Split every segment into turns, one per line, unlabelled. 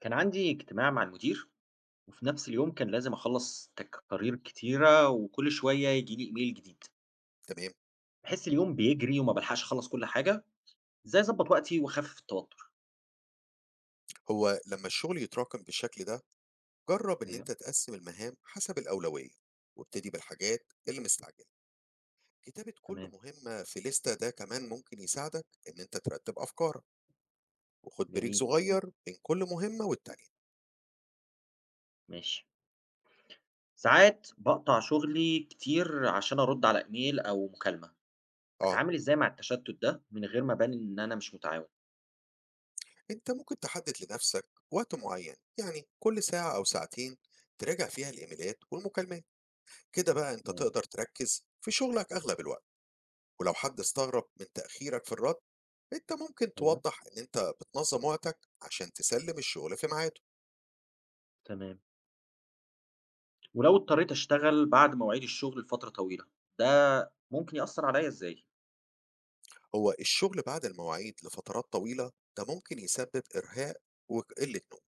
كان عندي اجتماع مع المدير وفي نفس اليوم كان لازم أخلص تقارير كتيرة وكل شوية يجي لي إيميل جديد.
تمام.
بحس اليوم بيجري وما بلحقش أخلص كل حاجة. إزاي أظبط وقتي وأخفف التوتر؟
هو لما الشغل يتراكم بالشكل ده، جرب ان
أيوه.
انت تقسم المهام حسب الاولويه، وابتدي بالحاجات اللي مستعجله. كتابه كل
تمام.
مهمه في لسته ده كمان ممكن يساعدك ان انت ترتب افكارك، وخد بريك
جميل.
صغير بين كل مهمه والتانيه.
ماشي. ساعات بقطع شغلي كتير عشان أرد على إيميل أو مكالمة.
اه،
أتعامل إزاي مع التشتت ده من غير ما أبان إن أنا مش متعاون؟
انت ممكن تحدد لنفسك وقت معين، يعني كل ساعه او ساعتين تراجع فيها الايميلات والمكالمات. كده بقى انت
تمام.
تقدر تركز في شغلك اغلب الوقت. ولو حد استغرب من تأخيرك في الرد، انت ممكن
أيوه.
توضح ان انت بتنظم وقتك عشان تسلم الشغل في ميعاده.
تمام. ولو اضطريت أشتغل بعد مواعيد الشغل لفترة طويلة ده ممكن يأثر عليا إزاي؟
هو الشغل بعد المواعيد لفترات طويلة ده ممكن يسبب إرهاق وقلة نوم.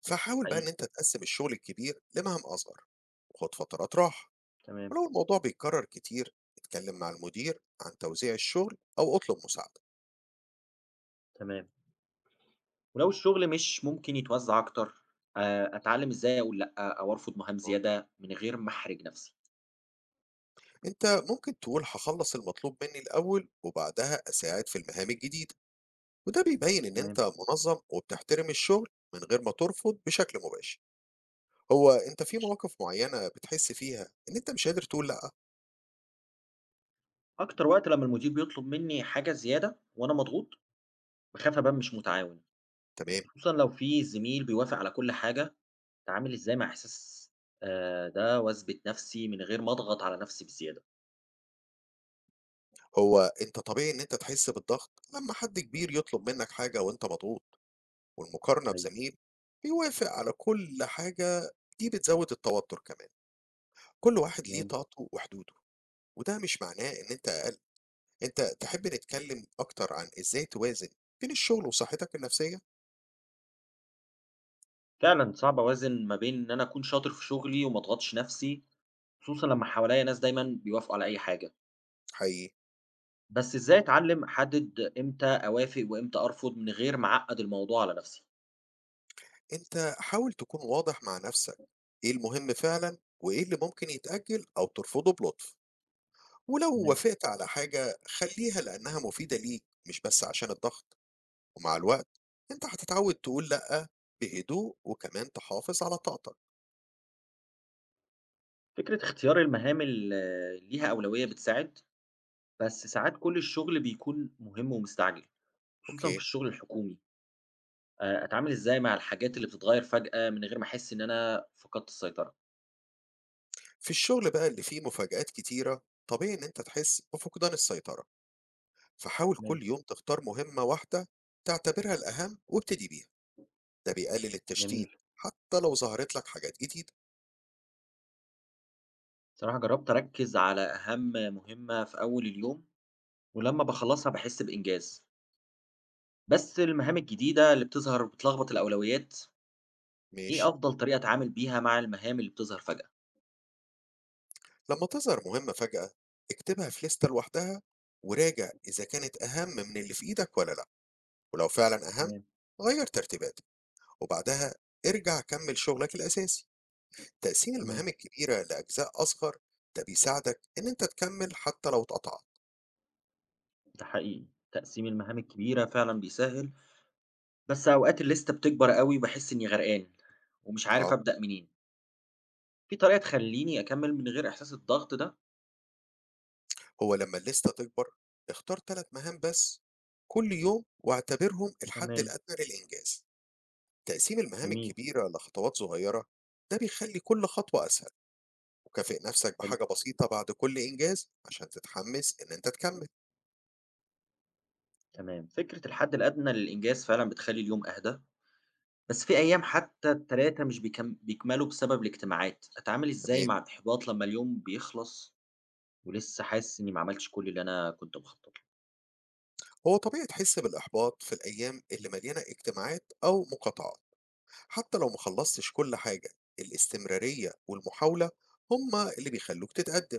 فحاول بقى ان
حقيقي.
انت تقسم الشغل الكبير لمهام أصغر، وخد فترات راحة.
تمام.
ولو الموضوع بيتكرر كتير، اتكلم مع المدير عن توزيع الشغل أو اطلب مساعدة.
تمام. ولو الشغل مش ممكن يتوزّع أكتر، أتعلّم إزاي أقول لأ، أو أرفض مهام زيادة من غير ما أحرج نفسي.
انت ممكن تقول هخلص المطلوب مني الأول وبعدها أساعد في المهام الجديدة، وده بيبين إن أنت
تمام.
منظم وبتحترم الشغل من غير ما ترفض بشكل مباشر. هو أنت في مواقف معينة بتحس فيها إن أنت مش قادر تقول لأ؟
أكتر وقت لمّا المدير بيطلب منّي حاجة زيادة وأنا مضغوط، باخاف أبان مش متعاون،
تمام.
خصوصًا لو في زميل بيوافق على كل حاجة، أتعامل إزاي مع إحساس ده وأثبت نفسي من غير ما أضغط على نفسي بزيادة؟
هو أنت طبيعي إن أنت تحس بالضغط لما حد كبير يطلب منك حاجة وأنت مضغوط. والمقارنة
أيوه،
بزميل بيوافق على كل حاجة دي بتزود التوتر كمان. كل واحد ليه
تمام.
طاقته وحدوده. وده مش معناه إن أنت تحب نتكلم أكتر عن إزاي توازن بين الشغل وصحتك النفسية؟
فعلًا صعب أوازن ما بين إن أنا أكون شاطر في شغلي وما أضغطش نفسي، خصوصًا لمّا حواليّا ناس دايمًا بيوافقوا على أي حاجة.
حقيقي.
بس إزاي أتعلم أحدد إمتى أوافق وإمتى أرفض من غير ما أعقد الموضوع على نفسي؟
أنت حاول تكون واضح مع نفسك، إيه المهم فعلا وإيه اللي ممكن يتأجل أو ترفضه بلطف. ولو
تمام.
وافقت على حاجة، خليها لأنها مفيدة ليك مش بس عشان الضغط. ومع الوقت أنت هتتعود تقول لأ بهدوء، وكمان تحافظ على طاقتك.
فكرة اختيار المهام اللي ليها أولوية بتساعد، بس ساعات كل الشغل بيكون مهم ومستعجل، خصوصا في
أوكي.
الشغل الحكومي. آه، أتعامل إزاي مع الحاجات اللي بتتغير فجأة من غير ما أحس إن أنا فقدت السيطرة؟
في الشغل بقى اللي فيه مفاجآت كتيرة، طبيعي إن أنت تحس بفقدان السيطرة. فحاول
تمام.
كل يوم تختار مهمة واحدة تعتبرها الأهم وابتدي بيها. ده بيقلل التشتيت
جميل.
حتى لو ظهرت لك حاجات جديدة.
صراحة جربت أركز على أهم مهمة في أول اليوم، ولما بخلصها بحس بإنجاز، بس المهام الجديدة اللي بتظهر بتلخبط الأولويات.
ماشي.
إيه أفضل طريقة أتعامل بيها مع المهام اللي بتظهر فجأة؟
لما تظهر مهمة فجأة، اكتبها في لستة لوحدها، وراجع إذا كانت أهم من اللي في إيدك ولا لأ. ولو فعلا أهم،
تمام،
غير ترتيباتك، وبعدها ارجع كمل شغلك الأساسي. تقسيم المهام
تمام،
الكبيرة لأجزاء أصغر ده بيساعدك إن أنت تكمل حتى لو اتقطعت.
ده حقيقي. تقسيم المهام الكبيرة فعلًا بيسهّل، بس أوقات الليستة بتكبر أوي وباحس إني غرقان ومش عارف
آه.
أبدأ منين، في طريقة تخلّيني أكمّل من غير إحساس الضغط ده؟
هو لما الليستة تكبر، اختار 3 مهام بس كل يوم واعتبرهم الحد
تمام،
الأدنى للإنجاز. تقسيم المهام
جميل،
الكبيرة لخطوات صغيرة ده بيخلي كل خطوة أسهل. وكافئ نفسك
حلو.
بحاجة بسيطة بعد كل إنجاز عشان تتحمس إن أنت تكمل.
تمام، فكرة الحد الأدنى للإنجاز فعلًا بتخلّي اليوم أهدى، بس في أيام حتى ال3 مش بيكملوا بسبب الاجتماعات، أتعامل إزاي
تمام.
مع الإحباط لمّا اليوم بيخلص ولسه حاسس إني ما عملتش كل اللي أنا كنت مخطط له؟
هو طبيعي تحس بالإحباط في الأيام اللي مليانة اجتماعات أو مقاطعات. حتى لو مخلصتش كل حاجة، الاستمرارية والمحاولة هما اللي بيخلوك تتقدم.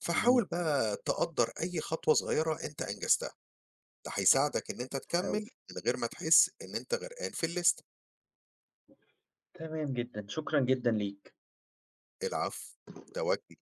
فحاول
جميل.
بقى تقدر أي خطوة صغيرة أنت أنجزتها. ده هيساعدك إن أنت
أو
تكمل من غير ما تحس إن أنت غرقان في الليست.
تمام جدًا، شكرًا جدًا ليك.
العفو. ده واجبي.